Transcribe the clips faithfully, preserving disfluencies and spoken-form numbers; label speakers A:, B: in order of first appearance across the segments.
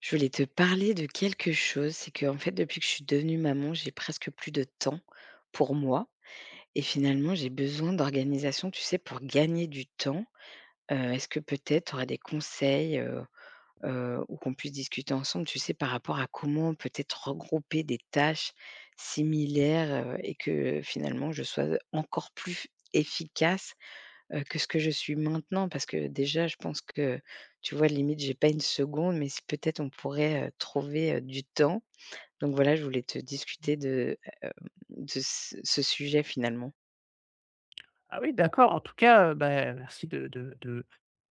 A: Je voulais te parler de quelque chose, c'est qu'en fait, depuis que je suis devenue maman, j'ai presque plus de temps pour moi et finalement, j'ai besoin d'organisation, tu sais, pour gagner du temps. Heu, est-ce que peut-être tu aurais des conseils, heu heu, ou qu'on puisse discuter ensemble, tu sais, par rapport à comment peut-être regrouper des tâches similaires, heu et que finalement je sois encore plus efficace heu, que ce que je suis maintenant parce que déjà je pense que, tu vois, limite j'ai pas une seconde, mais si peut-être on pourrait, heu, trouver, heu, du temps. Donc voilà, je voulais te discuter de de ce ce sujet finalement.
B: Ah oui, d'accord. En tout cas, heu, bah, merci de de de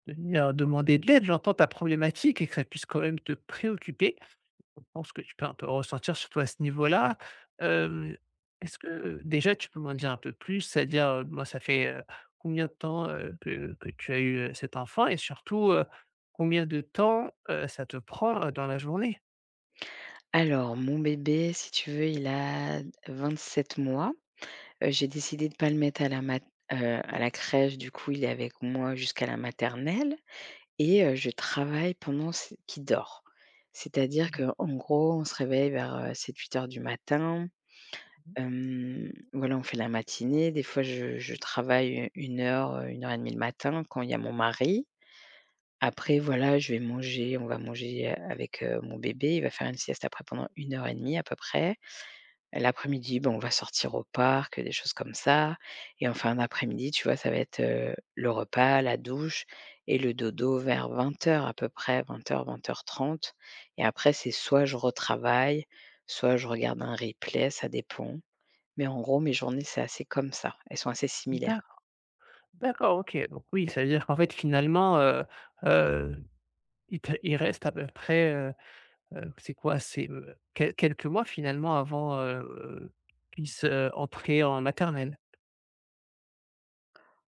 B: de venir demander de l'aide. J'entends ta problématique et que ça puisse quand même te préoccuper. Je pense que tu peux un peu ressentir surtout à ce niveau-là. Hem, est-ce que, déjà tu peux m'en dire un peu plus? C'est-à-dire, heu, moi ça fait, heu, combien de temps, heu, que que tu as eu, heu, cet enfant? Et surtout, heu, combien de temps, heu, ça te prend, heu, dans la journée?
A: Alors mon bébé, si tu veux, il a vingt-sept mois. Heu, j'ai décidé de pas le mettre à la mat heu, à la crèche, du coup, il est avec moi jusqu'à la maternelle et
B: OK.
A: heu, je travaille pendant ce qu'il dort. C'est-à-dire qu'en gros, on se réveille vers heu, sept heures du matin. Hem, voilà, on fait la matinée. Des fois, je je travaille une heure, euh, une heure et demie le matin quand il y a mon mari. Après, voilà, je vais manger, on va manger avec heu, mon bébé. Il va faire une sieste après pendant une heure et demie à peu près. L'après-midi, ben, on va sortir au parc, des choses comme ça et en fin d'après-midi, tu vois, ça va être heu, le repas, la douche et le dodo vers vingt heures à peu près, vingt heures, vingt heures trente. Et après, c'est soit je retravaille, soit je regarde un replay, ça dépend. Mais en gros, mes journées, c'est assez comme ça. Elles sont assez similaires.
B: D'ac d'accord, OK, donc oui, ça veut dire qu'en fait finalement, heu heu, il te il reste à peu près, heu heu, c'est quoi? C'est, heu, quel quelques mois finalement avant, heu, qu'il puisse, heu, entrer en maternelle?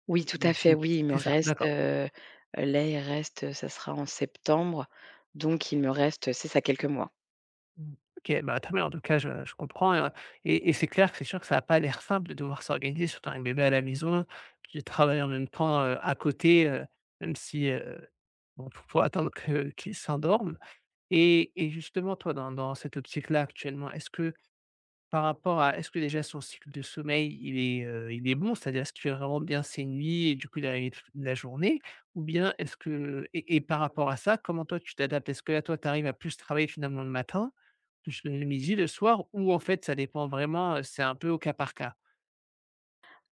A: Oui,
B: Si,
A: tout
B: si,
A: à fait,
B: si,
A: oui, il me
B: c'est ça,
A: reste
B: d'accord.
A: heu, là, il reste heu, ça sera en septembre, donc il me reste, c'est ça, quelques mois.
B: OK, bah, très bien, en tout cas, je je comprends, heu et et c'est clair que c'est sûr que ça a pas l'air simple de devoir s'organiser, surtout avec bébé à la maison, puis de travailler en même temps, heu, à côté, heu, même si, heu, bon, faut faut attendre que qu'il s'endorme et et justement, toi, dans dans cette optique-là, actuellement, est-ce que par rapport à est-ce que déjà son cycle de sommeil, il est, heu, il est bon? C'est-à-dire est-ce qu'il fait vraiment bien ses nuits et du coup il arrive toute la journée? Ou bien est-ce que et et par rapport à ça, comment toi tu t'adaptes? Est-ce que là, toi, tu arrives à plus travailler finalement le matin, plus le midi, le soir ou en fait ça dépend vraiment, heu, c'est un peu au cas par cas?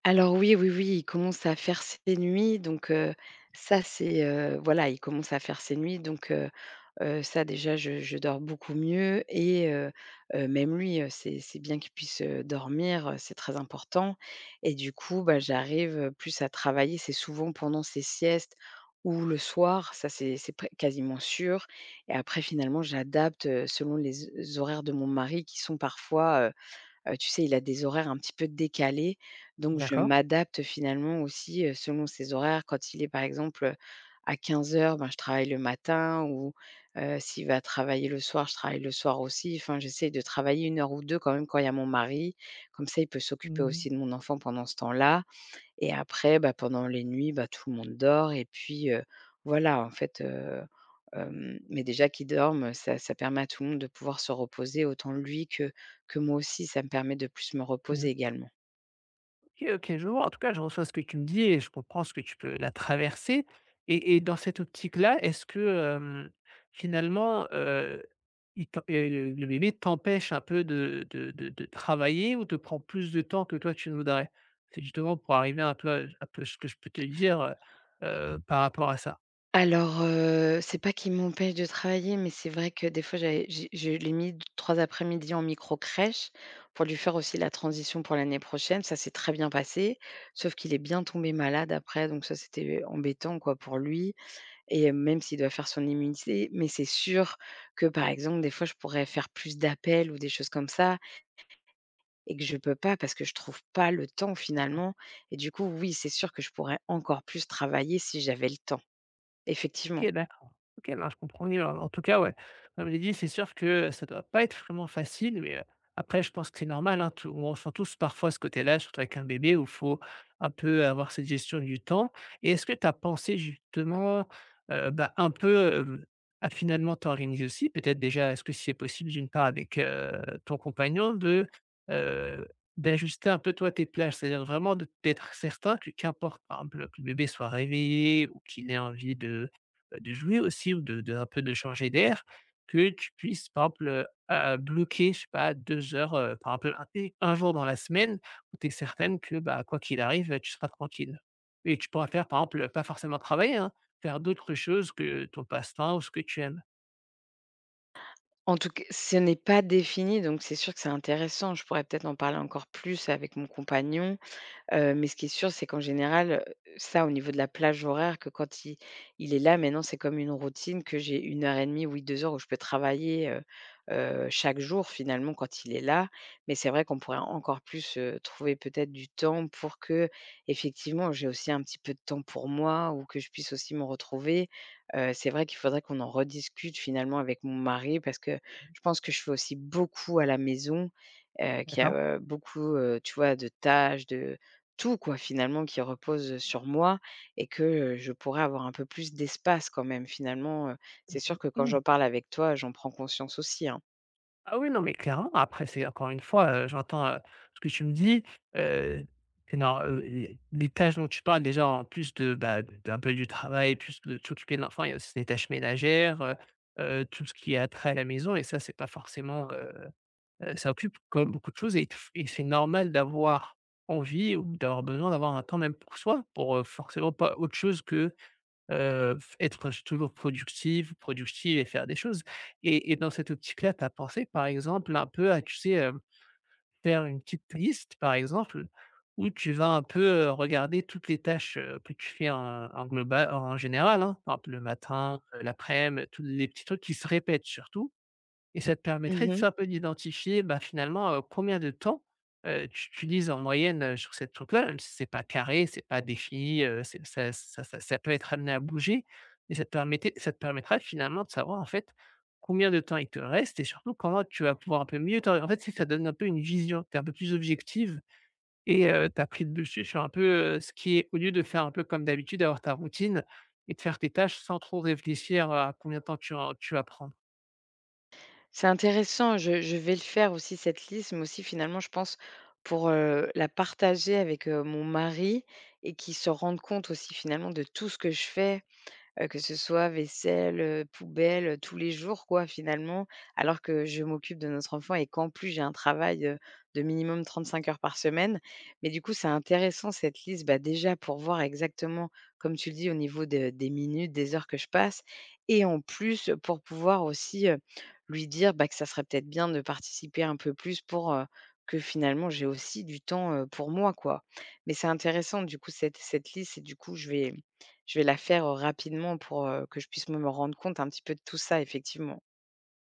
A: Alors oui, oui, oui, il commence à faire ses nuits, donc heu, ça, c'est heu, voilà, il commence à faire ses nuits, donc heu Heu, ça déjà je je dors beaucoup mieux et heu heu, même lui heu, c'est c'est bien qu'il puisse heu, dormir heu, c'est très important et du coup, bah, j'arrive heu, plus à travailler. C'est souvent pendant ses siestes ou le soir, ça c'est c'est près quasiment sûr et après finalement j'adapte heu, selon les horaires de mon mari qui sont parfois Heu, tu sais, il a des horaires un petit peu décalés, donc je
B: D'accord.
A: m'adapte finalement aussi heu, selon ses horaires. Quand il est, par exemple, à à heures, ben, je travaille le matin ou heu, s'il va travailler le soir, je travaille le soir aussi. Enfin, j'essaie de travailler une heure ou deux quand même quand il y a mon mari. Comme ça, il peut s'occuper
B: Mmh.
A: aussi de mon enfant pendant ce temps-là. Et après, bah, pendant les nuits, bah, tout le monde dort et puis heu, voilà, en fait heu, hem, mais déjà qu'ils dorment, ça ça permet à tout le monde de pouvoir se reposer, autant lui que que moi aussi, ça me permet de plus me reposer également.
B: OK, OK, je vois. En tout cas, je reçois ce que tu me dis et je comprends ce que tu peux la traverser et et dans cette optique-là, est-ce que, hem, finalement, heu, il t'em heu, le bébé t'empêche un peu de de de de travailler ou te prend plus de temps que toi tu ne voudrais? C'est justement pour arriver un peu à à peu ce que je peux te dire, heu, par rapport à ça?
A: Alors heu, c'est pas qu'il m'empêche de travailler, mais c'est vrai que des fois j'avais j'ai je l'ai mis d- trois après-midi en micro-crèche pour lui faire aussi la transition pour l'année prochaine. Ça s'est très bien passé, sauf qu'il est bien tombé malade après, donc ça, c'était embêtant, quoi, pour lui. Et même s'il doit faire son immunité, mais c'est sûr que, par exemple, des fois, je pourrais faire plus d'appels ou des choses comme ça et que je peux pas parce que je trouve pas le temps finalement et du coup, oui, c'est sûr que je pourrais encore plus travailler si j'avais le temps, effectivement.
B: OK, d'accord. OK, non, je comprends mieux. En en tout cas, ouais, comme j'ai dit, c'est sûr que ça doit pas être vraiment facile, mais heu, après je pense que c'est normal, hein, tout on ressent tous parfois ce côté-là, surtout avec un bébé où il faut un peu avoir cette gestion du temps et est-ce que tu as pensé justement, heu, bah, un peu, heu, à finalement t'organiser aussi? Peut-être déjà, est-ce que c'est possible d'une part avec, heu, ton compagnon de, heu, d'ajuster un peu toi tes plages? C'est-à-dire vraiment de d'être certain que qu'importe, par exemple, que le bébé soit réveillé ou qu'il ait envie de, bah, de jouer aussi ou de de un peu de changer d'air, que tu puisses, par exemple, heu, heu, bloquer, je sais pas, deux heures, heu, par exemple, un et un jour dans la semaine où tu es certaine que, bah, quoi qu'il arrive, tu seras tranquille et tu pourras faire, par exemple, pas forcément travailler, hein, faire d'autres choses que ton passe-temps ou ce que tu aimes.
A: En tout cas, ce n'est pas défini, donc c'est sûr que c'est intéressant. Je pourrais peut-être en parler encore plus avec mon compagnon. Heu, mais ce qui est sûr, c'est qu'en général heu, ça au niveau de la plage horaire que quand il il est là maintenant, c'est comme une routine que j'ai une heure et demie deux oui deux heures où je peux travailler heu heu, chaque jour finalement quand il est là. Mais c'est vrai qu'on pourrait encore plus heu, trouver peut-être du temps pour que effectivement j'ai aussi un petit peu de temps pour moi ou que je puisse aussi me retrouver. Heu, c'est vrai qu'il faudrait qu'on en rediscute finalement avec mon mari parce que je pense que je fais aussi beaucoup à la maison heu, qu'il y a
B: D'accord.
A: heu, beaucoup heu, tu vois, de tâches, de tout quoi, finalement qui repose sur moi et que heu, je pourrais avoir un peu plus d'espace quand même finalement heu, c'est sûr que quand
B: Mmh.
A: j'en parle avec toi, j'en prends conscience aussi, hein.
B: Ah oui, non, mais clairement, après c'est encore une fois, heu, j'entends, heu, ce que tu me dis, heu, et non, heu, et les tâches dont tu parles déjà en plus de, bah, de d'un peu du travail, plus de s'occuper de l'enfant, il y a aussi les tâches ménagères, heu heu, tout ce qui est trait à la maison et ça, c'est pas forcément, heu heu, ça occupe comme beaucoup de choses et et c'est normal d'avoir envie ou d'avoir besoin d'avoir un temps même pour soi, pour, heu, forcément pas autre chose que heu, être toujours productive productive et faire des choses et et dans cette optique-là, tu as pensé, par exemple, un peu à, tu sais, hem, faire une petite liste, par exemple, où tu vas un peu, heu, regarder toutes les tâches, heu, que tu fais en en globa en général, hein, par exemple le matin, heu, laprès midi, tous les petits trucs qui se répètent surtout et ça te permettrait de
A: Mmh.
B: faire un peu d'identifier, bah, finalement, heu, combien de temps, heu, tu utilises en moyenne, heu, sur cette truc-là, même si c'est pas carré, c'est pas défini, heu, c'est, ça ça ça ça peut être amené à bouger et ça te permettait ça te permettra finalement de savoir, en fait, combien de temps il te reste et surtout comment tu vas pouvoir un peu mieux, t'ori en fait, c'est que ça donne un peu une vision, tu un peu plus objective et heu, tu as pris le dessus sur un peu, heu, ce qui est au lieu de faire un peu comme d'habitude, d'avoir ta routine et de faire tes tâches sans trop réfléchir à combien de temps tu en tu vas prendre.
A: C'est intéressant, je je vais le faire aussi cette liste, mais aussi finalement je pense pour heu, la partager avec heu, mon mari et qu'il se rende compte aussi finalement de tout ce que je fais. Heu, que ce soit vaisselle heu, poubelle heu, tous les jours quoi finalement. Alors que je m'occupe de notre enfant et qu'en plus j'ai un travail heu, de minimum trente cinq heures par semaine. Mais du coup, c'est intéressant cette liste, bah, déjà pour voir exactement, comme tu le dis, au niveau de des minutes, des heures que je passe et en plus, pour pouvoir aussi heu, lui dire, bah, que ça serait peut-être bien de participer un peu plus pour heu, que finalement j'ai aussi du temps heu, pour moi quoi. Mais c'est intéressant du coup cette cette liste et du coup je vais je vais la faire heu, rapidement pour heu, que je puisse me me rendre compte un petit peu de tout ça, effectivement.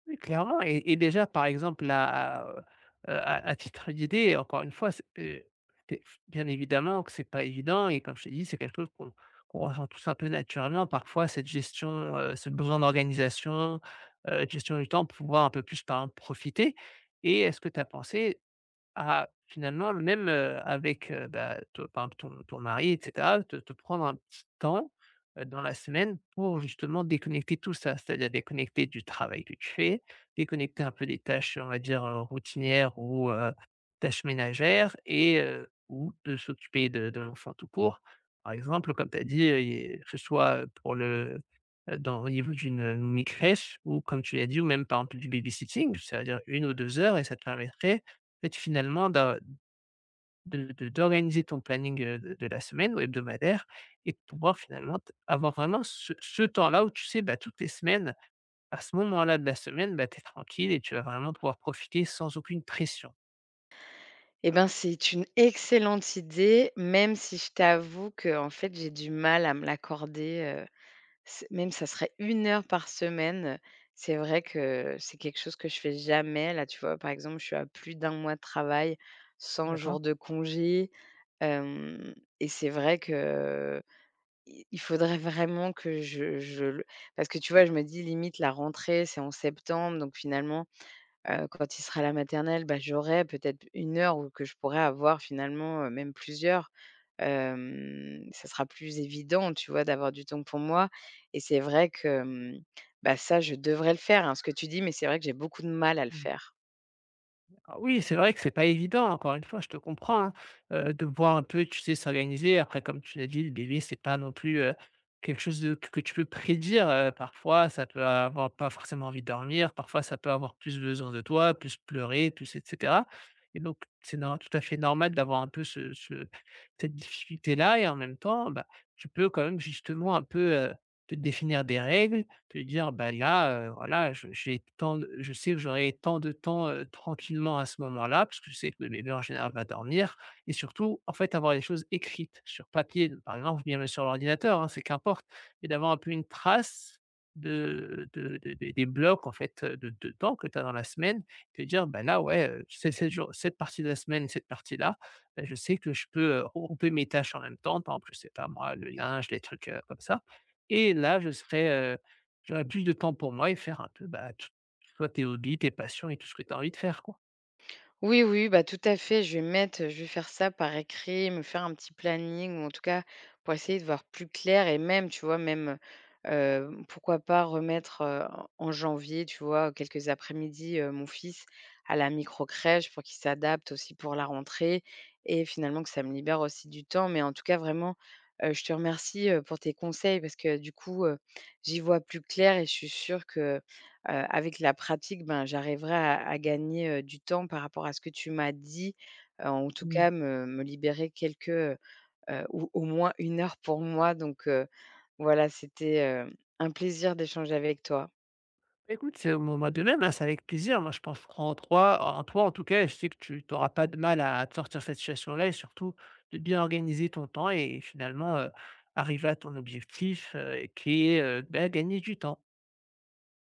B: Oui, clairement et et déjà, par exemple, là, heu, à à titre d'idée, encore une fois, c'est, heu, c'est bien évidemment que c'est pas évident et comme je t'ai dit, c'est quelque chose qu'on qu'on ressent tous un peu naturellement. Parfois, cette gestion, heu, ce besoin d'organisation, heu, gestion du temps, pouvoir un peu plus, par exemple, profiter et est-ce que tu as pensé ah, finalement, même, heu, avec, heu, bah, te par exemple ton ton mari et cetera, te te prendre un petit temps, heu, dans la semaine pour justement déconnecter tout ça. C'est-à-dire déconnecter du travail que tu fais, déconnecter un peu des tâches, on va dire, heu, routinières ou, heu, tâches ménagères et, heu, ou de s'occuper de de l'enfant tout court. Par exemple, comme tu as dit, heu, il que ce soit, pour le, heu, dans au niveau d'une, heu, crèche ou comme tu l'as dit ou même par exemple du babysitting, c'est-à-dire une ou deux heures et ça te permettrait fait, finalement, d'a de de d'organiser ton planning, heu, de de la semaine ou hebdomadaire et de pouvoir finalement t avoir vraiment ce ce temps-là où tu sais, bah, toutes les semaines, à ce moment-là de la semaine, bah, tu es tranquille et tu vas vraiment pouvoir profiter sans aucune pression.
A: Eh ben, c'est une excellente idée, même si je t'avoue que en fait, j'ai du mal à me l'accorder heu, c même ça serait une heure par semaine, c'est vrai que c'est quelque chose que je fais jamais. Là, tu vois, par exemple, je suis à plus d'un mois de travail, cent jours
B: D'accord?
A: de congé, hem et c'est vrai que i il faudrait vraiment que je je le parce que tu vois, je me dis limite la rentrée, c'est en septembre, donc finalement Heu, quand il sera à la maternelle, bah, j'aurai peut-être une heure ou que je pourrai avoir finalement heu, même plusieurs. Hem, ça sera plus évident, tu vois, d'avoir du temps pour moi et c'est vrai que mmh, bah, ça, je devrais le faire, hein, ce que tu dis, mais c'est vrai que j'ai beaucoup de mal à le
B: Mmh.
A: faire.
B: Ah oui, c'est vrai que c'est pas évident, encore une fois, je te comprends, hein, heu, de voir un peu, tu sais, s'organiser. Après, comme tu l'as dit, le bébé, c'est pas non plus, heu, quelque chose de que tu peux prédire, heu, parfois, ça peut avoir pas forcément envie de dormir, parfois ça peut avoir plus besoin de toi, plus pleurer, plus et cetera et donc c'est nor tout à fait normal d'avoir un peu ce ce cette difficulté-là et en même temps, bah, tu peux quand même justement un peu, heu, te définir des règles, te dire: «Bah, là, heu, voilà, je j'ai tant de je sais que j'aurai tant de temps, heu, tranquillement à ce moment-là», parce que je sais que le bébé en général va dormir et surtout, en fait, avoir les choses écrites sur papier, par exemple, bien sur l'ordinateur, hein, c'est qu'importe, mais d'avoir un peu une trace de de de des des blocs, en fait, de de temps que tu as dans la semaine, te dire: «Bah, là, ouais, heu, ces sept jours, cette partie de la semaine, cette partie-là, bah, je sais que je peux, heu, regrouper mes tâches en même temps», par exemple, je sais pas moi, le linge, les trucs, heu, comme ça et là, je serai, j'aurais plus de temps pour moi et faire un peu, bah, t toi, tes hobbies, tes passions et tout ce que tu as envie de faire, quoi.
A: Oui, oui, bah, tout à fait. Je vais mettre je vais faire ça par écrit, me faire un petit planning ou en tout cas pour essayer de voir plus clair et même, tu vois, même heu, pourquoi pas remettre heu, en en janvier, tu vois, quelques après-midi heu, mon fils à la micro crèche pour qu'il s'adapte aussi pour la rentrée et finalement que ça me libère aussi du temps. Mais en tout cas, vraiment heu, je te remercie heu, pour tes conseils parce que du coup heu, j'y vois plus clair et je suis sûre que heu, avec la pratique, ben, j'arriverai à à gagner heu, du temps par rapport à ce que tu m'as dit heu, en tout
B: Mmh.
A: cas me me libérer quelques heu, heu, au moins une heure pour moi donc heu, voilà, c'était heu, un plaisir d'échanger avec toi.
B: Écoute, c'est au moment de même, hein, c'est avec plaisir. Moi, je pense en toi, en toi, en tout cas, je sais que tu tu pas de mal à te sortir de cette situation-là et surtout de bien organiser ton temps et finalement, heu, arriver à ton objectif, heu, qui est, heu, bah, gagner du temps.